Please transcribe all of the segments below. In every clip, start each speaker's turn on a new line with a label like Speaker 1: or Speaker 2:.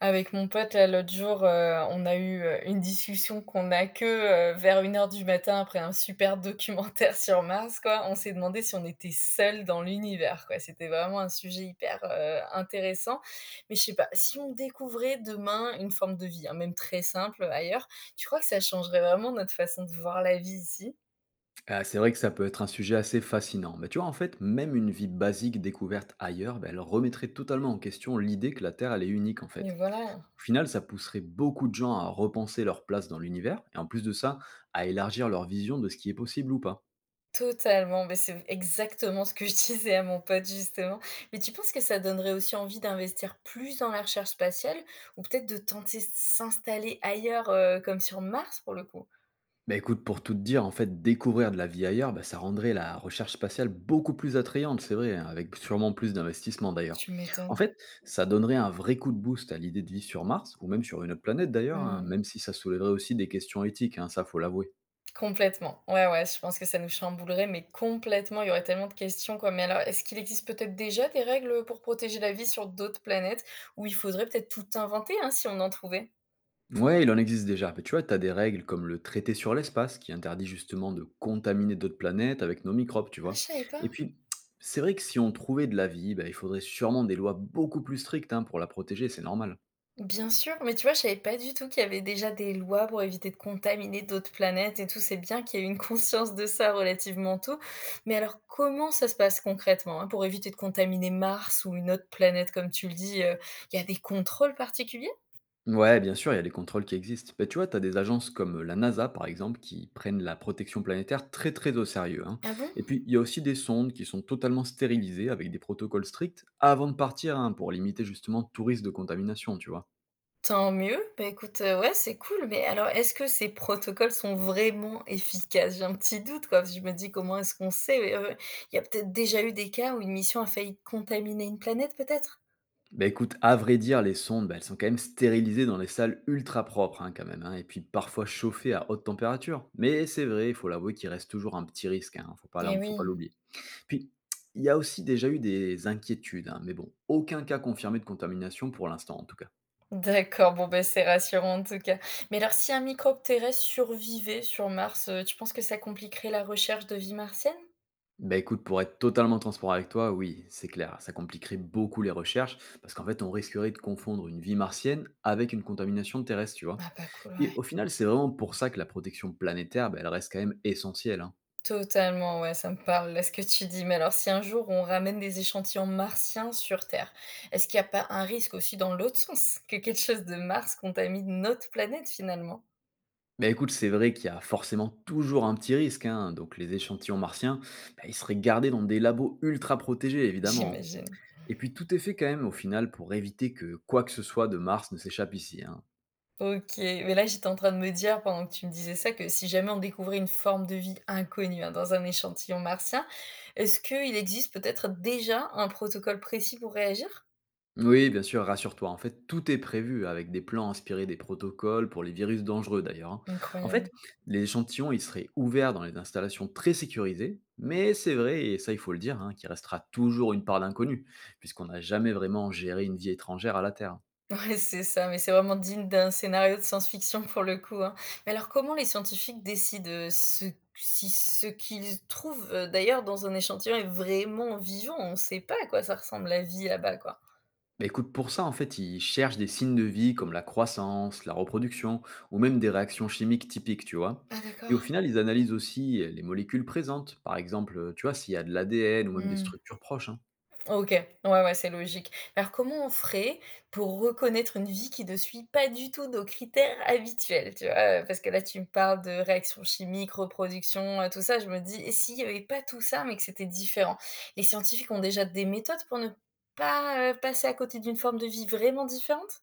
Speaker 1: Avec mon pote, là, l'autre jour, on a eu, une discussion qu'on a que, vers 1 heure du matin après un super documentaire sur Mars, quoi. On s'est demandé si on était seuls dans l'univers, quoi. C'était vraiment un sujet hyper, intéressant. Mais je sais pas, si on découvrait demain une forme de vie, hein, même très simple, ailleurs, tu crois que ça changerait vraiment notre façon de voir la vie ici?
Speaker 2: Ah, c'est vrai que ça peut être un sujet assez fascinant. Mais tu vois, en fait, même une vie basique découverte ailleurs, ben, elle remettrait totalement en question l'idée que la Terre, elle est unique, en
Speaker 1: Et
Speaker 2: fait.
Speaker 1: voilà.
Speaker 2: Au final, ça pousserait beaucoup de gens à repenser leur place dans l'univers, et en plus de ça, à élargir leur vision de ce qui est possible ou pas.
Speaker 1: Totalement, mais c'est exactement ce que je disais à mon pote justement. Mais tu penses que ça donnerait aussi envie d'investir plus dans la recherche spatiale ou peut-être de tenter s'installer ailleurs, comme sur Mars pour le coup?
Speaker 2: Bah écoute, pour tout te dire, en fait, découvrir de la vie ailleurs, bah, ça rendrait la recherche spatiale beaucoup plus attrayante, c'est vrai, hein, avec sûrement plus d'investissement d'ailleurs.
Speaker 1: Tu
Speaker 2: En
Speaker 1: m'étonnes.
Speaker 2: fait, ça donnerait un vrai coup de boost à l'idée de vie sur Mars, ou même sur une autre planète d'ailleurs, hein,
Speaker 1: Mmh.
Speaker 2: même si ça soulèverait aussi des questions éthiques, hein, ça faut l'avouer.
Speaker 1: Complètement. Ouais, ouais, je pense que ça nous chamboulerait, mais complètement, il y aurait tellement de questions quoi. Mais alors est-ce qu'il existe peut-être déjà des règles, pour protéger la vie sur d'autres planètes? Où il faudrait peut-être tout inventer, hein, si on en trouvait?
Speaker 2: Ouais, il en existe déjà, mais tu vois, t'as des règles comme le traité sur l'espace, qui interdit justement de contaminer d'autres planètes avec nos microbes, tu
Speaker 1: Ah, je
Speaker 2: vois.
Speaker 1: savais
Speaker 2: Et
Speaker 1: pas.
Speaker 2: puis, c'est vrai que si on trouvait de la vie, bah, il faudrait sûrement des lois beaucoup plus strictes hein, pour la protéger, c'est normal.
Speaker 1: Bien sûr, mais tu vois, je savais pas du tout qu'il y avait déjà des lois pour éviter de contaminer d'autres planètes et tout. C'est bien qu'il y ait une conscience de ça relativement tôt. Mais alors, comment ça se passe concrètement, hein, pour éviter de contaminer Mars ou une autre planète, comme tu le dis, il y a des contrôles particuliers?
Speaker 2: Ouais, bien sûr, il y a des contrôles qui existent. Mais tu vois, tu as des agences comme la NASA, par exemple, qui prennent la protection planétaire très très au sérieux, hein.
Speaker 1: Ah bon?
Speaker 2: Et puis, il y a aussi des sondes qui sont totalement stérilisées avec des protocoles stricts avant de partir hein, pour limiter justement tout risque de contamination, tu vois.
Speaker 1: Tant mieux. Bah, écoute, ouais, c'est cool. Mais alors, est-ce que ces protocoles sont vraiment efficaces? J'ai un petit doute, quoi, parce que je me dis: «Comment est-ce qu'on sait?» Il y a peut-être déjà eu des cas où une mission a failli contaminer une planète, peut-être?
Speaker 2: Bah écoute, à vrai dire, les sondes, bah, elles sont quand même stérilisées dans les salles ultra propres, hein, quand même, hein, et puis parfois chauffées à haute température. Mais c'est vrai, il faut l'avouer qu'il reste toujours un petit risque, hein,
Speaker 1: Eh
Speaker 2: faut pas
Speaker 1: oui.
Speaker 2: l'oublier. Puis, il y a aussi déjà eu des inquiétudes, hein, mais bon, aucun cas confirmé de contamination pour l'instant en tout cas.
Speaker 1: D'accord, bon, ben c'est rassurant en tout cas. Mais alors, si un microbe terrestre survivait sur Mars, tu penses que ça compliquerait la recherche de vie martienne?
Speaker 2: Bah écoute, pour être totalement transparent avec toi, oui, c'est clair, ça compliquerait beaucoup les recherches, parce qu'en fait, on risquerait de confondre une vie martienne avec une contamination terrestre, tu vois.
Speaker 1: Ah, pas cool,
Speaker 2: Et
Speaker 1: ouais.
Speaker 2: au final, c'est vraiment pour ça que la protection planétaire, bah, elle reste quand même essentielle, hein.
Speaker 1: Totalement, ouais, ça me parle là ce que tu dis. Mais alors, si un jour on ramène des échantillons martiens sur Terre, est-ce qu'il n'y a pas un risque aussi dans l'autre sens? Que quelque chose de Mars contamine notre planète finalement?
Speaker 2: Bah écoute, c'est vrai qu'il y a forcément toujours un petit risque, hein, donc les échantillons martiens, bah, ils seraient gardés dans des labos ultra protégés, évidemment, hein.
Speaker 1: J'imagine.
Speaker 2: Et puis tout est fait quand même au final pour éviter que quoi que ce soit de Mars ne s'échappe ici, hein.
Speaker 1: OK, mais là, j'étais en train de me dire pendant que tu me disais ça que si jamais on découvrait une forme de vie inconnue, hein, dans un échantillon martien, est-ce qu'il existe peut-être déjà un protocole précis pour réagir?
Speaker 2: Oui, bien sûr, rassure-toi. En fait, tout est prévu avec des plans inspirés des protocoles pour les virus dangereux d'ailleurs, hein. En fait,
Speaker 1: Incroyable.
Speaker 2: les échantillons, ils seraient ouverts dans les installations très sécurisées, mais c'est vrai, et ça il faut le dire, hein, qu'il restera toujours une part d'inconnu, puisqu'on n'a jamais vraiment géré une vie étrangère à la Terre.
Speaker 1: Ouais, c'est ça, mais c'est vraiment digne d'un scénario de science-fiction pour le coup, hein. Mais alors comment les scientifiques décident, ce si ce qu'ils trouvent, d'ailleurs dans un échantillon est vraiment vivant? On ne sait pas à quoi ça ressemble la vie là-bas, quoi.
Speaker 2: Bah, écoute, pour ça, en fait, ils cherchent des signes de vie comme la croissance, la reproduction, ou même des réactions chimiques typiques, tu vois.
Speaker 1: Ah
Speaker 2: Puis au
Speaker 1: d'accord.
Speaker 2: final, ils analysent aussi les molécules présentes, par exemple, tu vois, s'il y a de l'ADN ou même des
Speaker 1: Mmh.
Speaker 2: structures proches, hein.
Speaker 1: OK. Ouais, ouais, c'est logique. Alors comment on ferait pour reconnaître une vie qui ne suit pas du tout nos critères habituels, tu vois? Parce que là, tu me parles de réactions chimiques, reproduction, tout ça. Je me dis: «Et s'il n'y avait pas tout ça, mais que c'était différent?» Les scientifiques ont déjà des méthodes pour ne pas, passer à côté d'une forme de vie vraiment différente?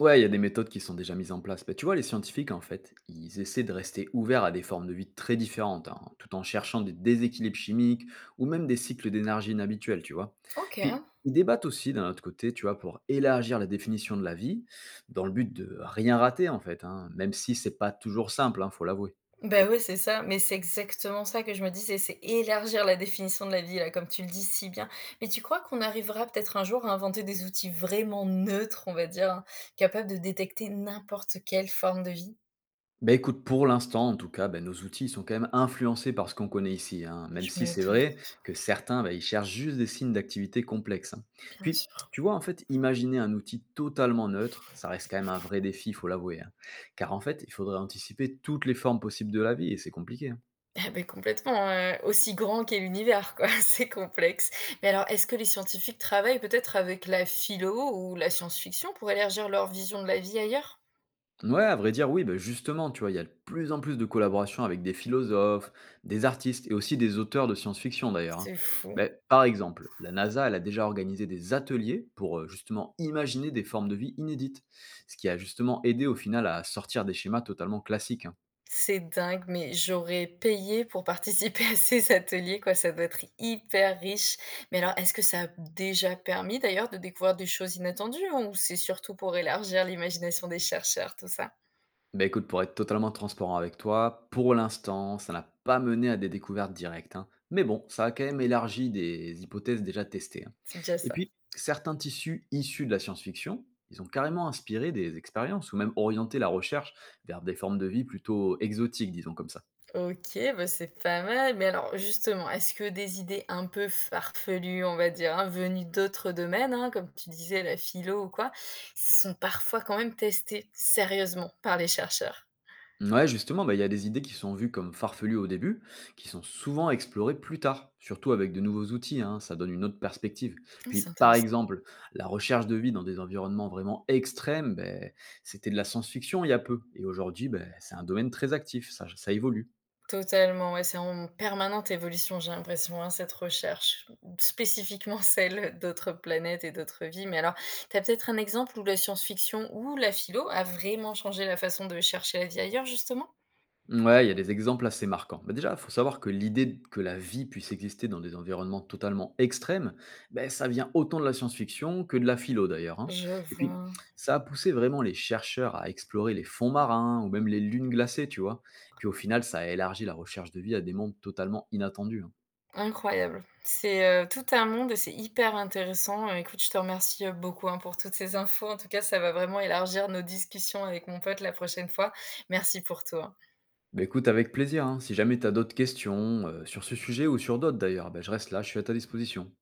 Speaker 2: Ouais, il y a des méthodes qui sont déjà mises en place. Mais tu vois, les scientifiques, en fait, ils essaient de rester ouverts à des formes de vie très différentes, hein, tout en cherchant des déséquilibres chimiques ou même des cycles d'énergie inhabituels, tu vois.
Speaker 1: OK.
Speaker 2: Puis, ils débattent aussi, d'un autre côté, tu vois, pour élargir la définition de la vie, dans le but de rien rater, en fait, hein, même si c'est pas toujours simple, hein, faut l'avouer.
Speaker 1: Ben ouais, c'est ça, mais c'est exactement ça que je me dis, c'est élargir la définition de la vie, là, comme tu le dis si bien. Mais tu crois qu'on arrivera peut-être un jour à inventer des outils vraiment neutres, on va dire, hein, capables de détecter n'importe quelle forme de vie?
Speaker 2: Bah, écoute, pour l'instant, en tout cas, bah, nos outils, ils sont quand même influencés par ce qu'on connaît ici, hein, même
Speaker 1: Je
Speaker 2: si
Speaker 1: me
Speaker 2: c'est
Speaker 1: doute,
Speaker 2: vrai que certains, bah, ils cherchent juste des signes d'activité complexe, hein.
Speaker 1: bien
Speaker 2: Puis,
Speaker 1: sûr.
Speaker 2: tu vois, en fait, imaginer un outil totalement neutre, ça reste quand même un vrai défi, il faut l'avouer, hein. Car en fait, il faudrait anticiper toutes les formes possibles de la vie, et c'est compliqué, hein.
Speaker 1: Ah beh, complètement, aussi grand qu'est l'univers, quoi, c'est complexe. Mais alors, est-ce que les scientifiques travaillent peut-être avec la philo ou la science-fiction pour élargir leur vision de la vie ailleurs?
Speaker 2: Ouais, à vrai dire, oui, bah, justement, tu vois, il y a de plus en plus de collaborations avec des philosophes, des artistes et aussi des auteurs de science-fiction d'ailleurs, hein.
Speaker 1: C'est fou.
Speaker 2: Mais, par exemple, la NASA, elle a déjà organisé des ateliers pour justement imaginer des formes de vie inédites, ce qui a justement aidé au final à sortir des schémas totalement classiques, hein.
Speaker 1: C'est dingue, mais j'aurais payé pour participer à ces ateliers, quoi. Ça doit être hyper riche. Mais alors, est-ce que ça a déjà permis d'ailleurs de découvrir des choses inattendues hein, ou c'est surtout pour élargir l'imagination des chercheurs, tout ça?
Speaker 2: Bah, écoute, pour être totalement transparent avec toi, pour l'instant, ça n'a pas mené à des découvertes directes, hein. Mais bon, ça a quand même élargi des hypothèses déjà testées, hein.
Speaker 1: C'est déjà
Speaker 2: Et
Speaker 1: ça.
Speaker 2: puis, certains tissus issus de la science-fiction, ils ont carrément inspiré des expériences ou même orienté la recherche vers des formes de vie plutôt exotiques, disons comme ça.
Speaker 1: OK, bah, c'est pas mal. Mais alors, justement, est-ce que des idées un peu farfelues, on va dire, hein, venues d'autres domaines, hein, comme tu disais, la philo ou quoi, sont parfois quand même testées sérieusement par les chercheurs?
Speaker 2: Ouais, justement, bah, il y a des idées qui sont vues comme farfelues au début, qui sont souvent explorées plus tard, surtout avec de nouveaux outils, hein, ça donne une autre perspective.
Speaker 1: Ah,
Speaker 2: Puis,
Speaker 1: c'est
Speaker 2: par
Speaker 1: intéressant.
Speaker 2: exemple, la recherche de vie dans des environnements vraiment extrêmes, ben, c'était de la science-fiction il y a peu. Et aujourd'hui, ben, c'est un domaine très actif, ça évolue.
Speaker 1: Totalement, ouais, c'est en permanente évolution, j'ai l'impression, hein, cette recherche, spécifiquement celle d'autres planètes et d'autres vies. Mais alors, tu as peut-être un exemple où la science-fiction ou la philo a vraiment changé la façon de chercher la vie ailleurs, justement?
Speaker 2: Ouais, il y a des exemples assez marquants. Bah déjà, il faut savoir que l'idée que la vie puisse exister dans des environnements totalement extrêmes, ben, ça vient autant de la science-fiction que de la philo d'ailleurs, hein.
Speaker 1: Je
Speaker 2: Et puis,
Speaker 1: vois.
Speaker 2: ça a poussé vraiment les chercheurs à explorer les fonds marins ou même les lunes glacées, tu vois. Puis au final, ça a élargi la recherche de vie à des mondes totalement inattendus, hein.
Speaker 1: Incroyable. C'est, tout un monde et c'est hyper intéressant. Écoute, je te remercie, beaucoup, hein, pour toutes ces infos. En tout cas, ça va vraiment élargir nos discussions avec mon pote la prochaine fois. Merci pour tout, hein.
Speaker 2: Bah écoute, avec plaisir, hein. Si jamais tu as d'autres questions sur ce sujet ou sur d'autres d'ailleurs, ben, je reste là, je suis à ta disposition.